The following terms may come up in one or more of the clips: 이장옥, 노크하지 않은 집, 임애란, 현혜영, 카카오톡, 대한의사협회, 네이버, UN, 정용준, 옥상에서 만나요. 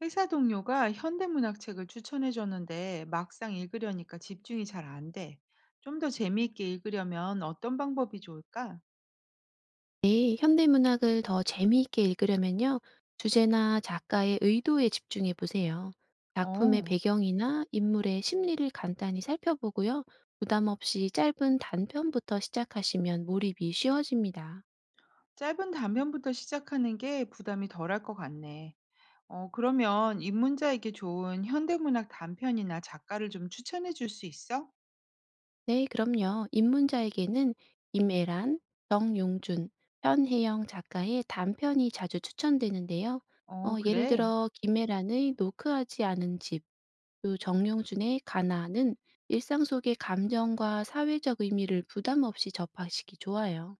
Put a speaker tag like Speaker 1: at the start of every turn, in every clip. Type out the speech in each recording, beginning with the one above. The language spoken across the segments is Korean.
Speaker 1: 회사 동료가 현대문학 책을 추천해 줬는데 막상 읽으려니까 집중이 잘 안 돼. 좀 더 재미있게 읽으려면 어떤 방법이 좋을까?
Speaker 2: 네, 현대문학을 더 재미있게 읽으려면요. 주제나 작가의 의도에 집중해 보세요. 작품의
Speaker 1: 어,
Speaker 2: 배경이나 인물의 심리를 간단히 살펴보고요. 부담 없이 짧은 단편부터 시작하시면 몰입이 쉬워집니다.
Speaker 1: 짧은 단편부터 시작하는 게 부담이 덜할 것 같네. 어, 그러면 입문자에게 좋은 현대문학 단편이나 작가를 좀 추천해 줄 수 있어?
Speaker 2: 네, 그럼요. 입문자에게는 임애란, 정용준, 현혜영 작가의 단편이 자주 추천되는데요.
Speaker 1: 어,
Speaker 2: 예를
Speaker 1: 그래.
Speaker 2: 들어 김애란의 노크하지 않은 집, 또 정용준의 가나는 일상 속의 감정과 사회적 의미를 부담 없이 접하시기 좋아요.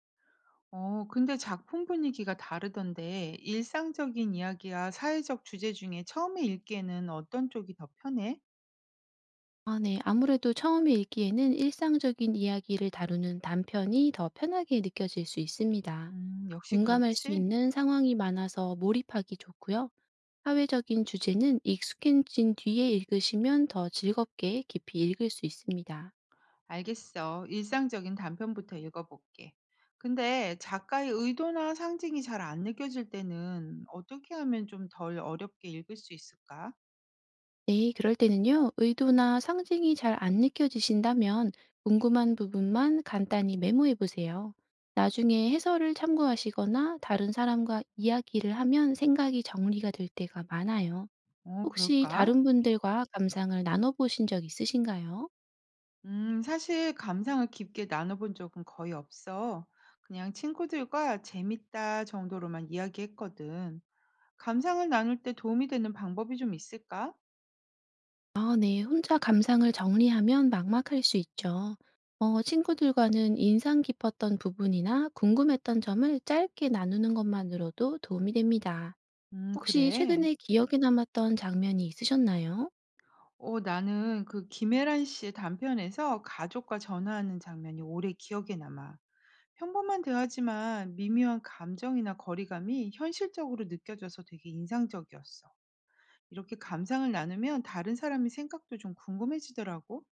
Speaker 1: 어, 근데 작품 분위기가 다르던데 일상적인 이야기와 사회적 주제 중에 처음에 읽기에는 어떤 쪽이 더 편해?
Speaker 2: 아, 네. 아무래도 처음에 읽기에는 일상적인 이야기를 다루는 단편이 더 편하게 느껴질 수 있습니다.
Speaker 1: 역시
Speaker 2: 공감할 수
Speaker 1: 그렇지.
Speaker 2: 있는 상황이 많아서 몰입하기 좋고요. 사회적인 주제는 익숙해진 뒤에 읽으시면 더 즐겁게 깊이 읽을 수 있습니다.
Speaker 1: 알겠어. 일상적인 단편부터 읽어볼게. 근데 작가의 의도나 상징이 잘 안 느껴질 때는 어떻게 하면 좀 덜 어렵게 읽을 수 있을까?
Speaker 2: 네, 그럴 때는요, 의도나 상징이 잘 안 느껴지신다면 궁금한 부분만 간단히 메모해 보세요. 나중에 해설을 참고하시거나 다른 사람과 이야기를 하면 생각이 정리가 될 때가 많아요.
Speaker 1: 어,
Speaker 2: 혹시
Speaker 1: 그럴까?
Speaker 2: 다른 분들과 감상을 나눠보신 적 있으신가요?
Speaker 1: 사실 감상을 깊게 나눠본 적은 거의 없어. 그냥 친구들과 재밌다 정도로만 이야기했거든. 감상을 나눌 때 도움이 되는 방법이 좀 있을까?
Speaker 2: 아 네. 혼자 감상을 정리하면 막막할 수 있죠. 친구들과는 인상 깊었던 부분이나 궁금했던 점을 짧게 나누는 것만으로도 도움이 됩니다. 혹시
Speaker 1: 그래.
Speaker 2: 최근에 기억에 남았던 장면이 있으셨나요?
Speaker 1: 어, 나는 그 김혜란 씨의 단편에서 가족과 전화하는 장면이 오래 기억에 남아. 평범한 대화지만 미묘한 감정이나 거리감이 현실적으로 느껴져서 되게 인상적이었어. 이렇게 감상을 나누면 다른 사람의 생각도 좀 궁금해지더라고.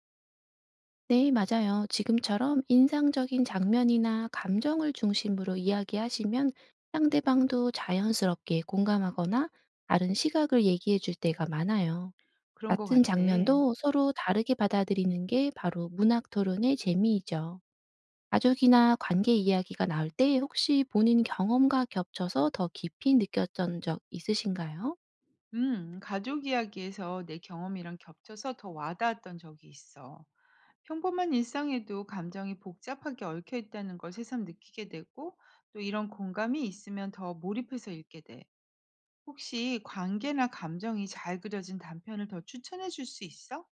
Speaker 2: 네, 맞아요. 지금처럼 인상적인 장면이나 감정을 중심으로 이야기하시면 상대방도 자연스럽게 공감하거나 다른 시각을 얘기해 줄 때가 많아요.
Speaker 1: 그런 것
Speaker 2: 같은
Speaker 1: 같아.
Speaker 2: 장면도 서로 다르게 받아들이는 게 바로 문학 토론의 재미이죠. 가족이나 관계 이야기가 나올 때 혹시 본인 경험과 겹쳐서 더 깊이 느꼈던 적 있으신가요?
Speaker 1: 가족 이야기에서 내 경험이랑 겹쳐서 더 와닿았던 적이 있어. 평범한 일상에도 감정이 복잡하게 얽혀 있다는 걸 새삼 느끼게 되고, 또 이런 공감이 있으면 더 몰입해서 읽게 돼. 혹시 관계나 감정이 잘 그려진 단편을 더 추천해 줄 수 있어?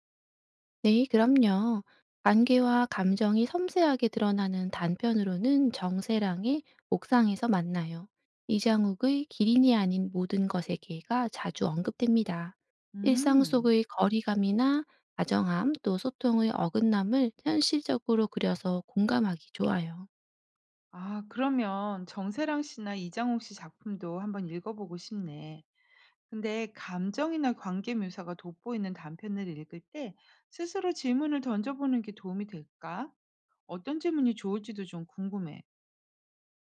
Speaker 2: 네, 그럼요. 관계와 감정이 섬세하게 드러나는 단편으로는 정세랑의 옥상에서 만나요. 이장욱의 기린이 아닌 모든 것에게가 자주 언급됩니다. 일상
Speaker 1: 음.
Speaker 2: 속의 거리감이나 다정함 또 소통의 어긋남을 현실적으로 그려서 공감하기 좋아요.
Speaker 1: 아, 그러면 정세랑 씨나 이장옥 씨 작품도 한번 읽어보고 싶네. 근데 감정이나 관계 묘사가 돋보이는 단편을 읽을 때 스스로 질문을 던져보는 게 도움이 될까? 어떤 질문이 좋을지도 좀 궁금해.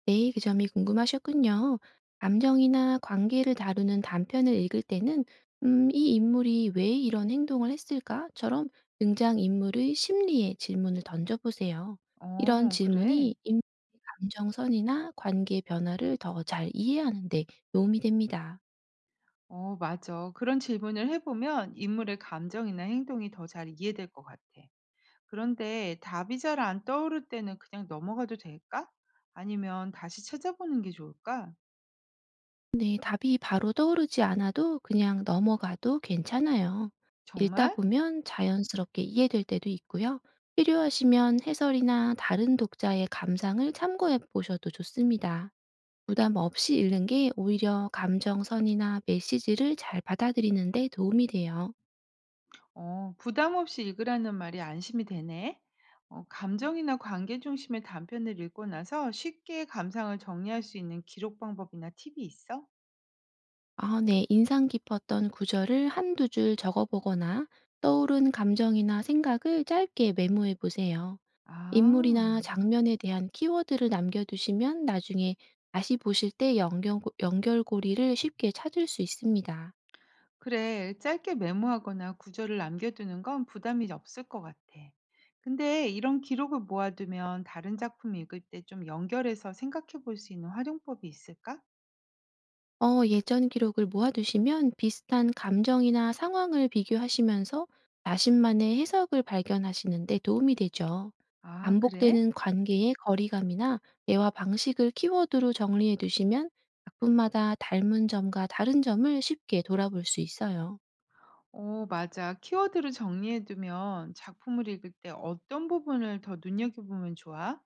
Speaker 2: 네, 그 점이 궁금하셨군요. 감정이나 관계를 다루는 단편을 읽을 때는 이 인물이 왜 이런 행동을 했을까?처럼 등장인물의 심리에 질문을 던져보세요. 이런
Speaker 1: 어, 그래.
Speaker 2: 질문이 인물의 감정선이나 관계 변화를 더 잘 이해하는 데 도움이 됩니다.
Speaker 1: 어, 맞아. 그런 질문을 해보면 인물의 감정이나 행동이 더 잘 이해될 것 같아. 그런데 답이 잘 안 떠오를 때는 그냥 넘어가도 될까? 아니면 다시 찾아보는 게 좋을까?
Speaker 2: 네, 답이 바로 떠오르지 않아도 그냥 넘어가도 괜찮아요. 읽다
Speaker 1: 정말?
Speaker 2: 보면 자연스럽게 이해될 때도 있고요. 필요하시면 해설이나 다른 독자의 감상을 참고해 보셔도 좋습니다. 부담 없이 읽는 게 오히려 감정선이나 메시지를 잘 받아들이는 데 도움이 돼요.
Speaker 1: 어, 부담 없이 읽으라는 말이 안심이 되네. 어, 감정이나 관계 중심의 단편을 읽고 나서 쉽게 감상을 정리할 수 있는 기록 방법이나 팁이 있어?
Speaker 2: 아, 네, 인상 깊었던 구절을 한두 줄 적어보거나 떠오른 감정이나 생각을 짧게 메모해 보세요.
Speaker 1: 아,
Speaker 2: 인물이나 장면에 대한 키워드를 남겨두시면 나중에 다시 보실 때 연결고리를 쉽게 찾을 수 있습니다.
Speaker 1: 그래. 짧게 메모하거나 구절을 남겨두는 건 부담이 없을 것 같아. 근데 이런 기록을 모아두면 다른 작품 읽을 때 좀 연결해서 생각해 볼 수 있는 활용법이 있을까?
Speaker 2: 예전 기록을 모아두시면 비슷한 감정이나 상황을 비교하시면서 자신만의 해석을 발견하시는 데 도움이 되죠.
Speaker 1: 아, 그래?
Speaker 2: 반복되는 관계의 거리감이나 대화 방식을 키워드로 정리해 두시면 작품마다 닮은 점과 다른 점을 쉽게 돌아볼 수 있어요.
Speaker 1: 어, 맞아. 키워드로 정리해두면 작품을 읽을 때 어떤 부분을 더 눈여겨보면 좋아?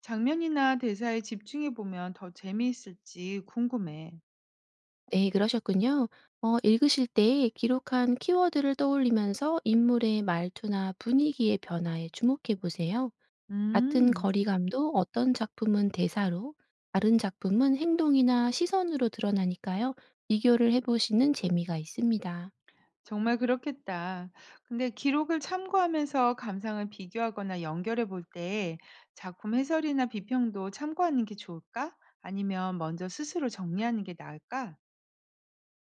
Speaker 1: 장면이나 대사에 집중해보면 더 재미있을지 궁금해.
Speaker 2: 네, 그러셨군요. 읽으실 때 기록한 키워드를 떠올리면서 인물의 말투나 분위기의 변화에 주목해 보세요. 같은
Speaker 1: 음,
Speaker 2: 거리감도 어떤 작품은 대사로, 다른 작품은 행동이나 시선으로 드러나니까요. 비교를 해보시는 재미가 있습니다.
Speaker 1: 정말 그렇겠다. 근데 기록을 참고하면서 감상을 비교하거나 연결해볼 때 작품 해설이나 비평도 참고하는 게 좋을까? 아니면 먼저 스스로 정리하는 게 나을까?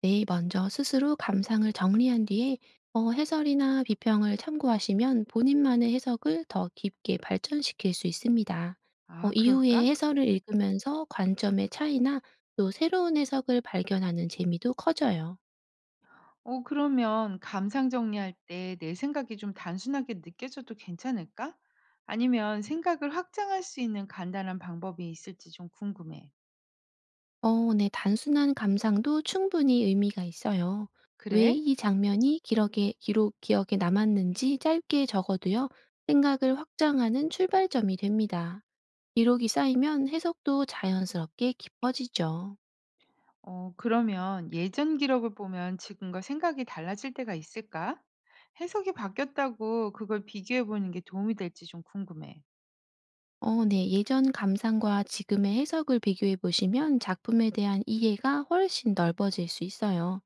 Speaker 2: 네, 먼저 스스로 감상을 정리한 뒤에 해설이나 비평을 참고하시면 본인만의 해석을 더 깊게 발전시킬 수 있습니다.
Speaker 1: 아,
Speaker 2: 이후에
Speaker 1: 그럴까?
Speaker 2: 해설을 읽으면서 관점의 차이나 또 새로운 해석을 발견하는 재미도 커져요.
Speaker 1: 어, 그러면 감상 정리할 때 내 생각이 좀 단순하게 느껴져도 괜찮을까? 아니면 생각을 확장할 수 있는 간단한 방법이 있을지 좀 궁금해.
Speaker 2: 네, 단순한 감상도 충분히 의미가 있어요. 왜
Speaker 1: 그래?
Speaker 2: 이 장면이 기억에 남았는지 짧게 적어도요, 생각을 확장하는 출발점이 됩니다. 기록이 쌓이면 해석도 자연스럽게 깊어지죠.
Speaker 1: 어, 그러면 예전 기록을 보면 지금과 생각이 달라질 때가 있을까? 해석이 바뀌었다고 그걸 비교해 보는 게 도움이 될지 좀 궁금해.
Speaker 2: 네. 예전 감상과 지금의 해석을 비교해 보시면 작품에 대한 이해가 훨씬 넓어질 수 있어요.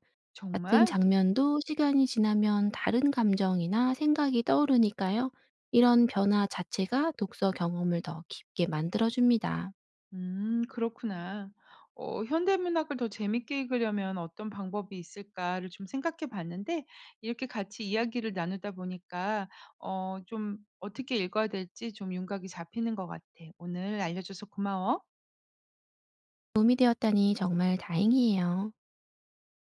Speaker 2: 같은
Speaker 1: 정말?
Speaker 2: 장면도 시간이 지나면 다른 감정이나 생각이 떠오르니까요. 이런 변화 자체가 독서 경험을 더 깊게 만들어줍니다.
Speaker 1: 그렇구나. 어, 현대문학을 더 재밌게 읽으려면 어떤 방법이 있을까를 좀 생각해 봤는데, 이렇게 같이 이야기를 나누다 보니까, 어, 좀 어떻게 읽어야 될지 좀 윤곽이 잡히는 것 같아. 오늘 알려줘서 고마워.
Speaker 2: 도움이 되었다니 정말 다행이에요.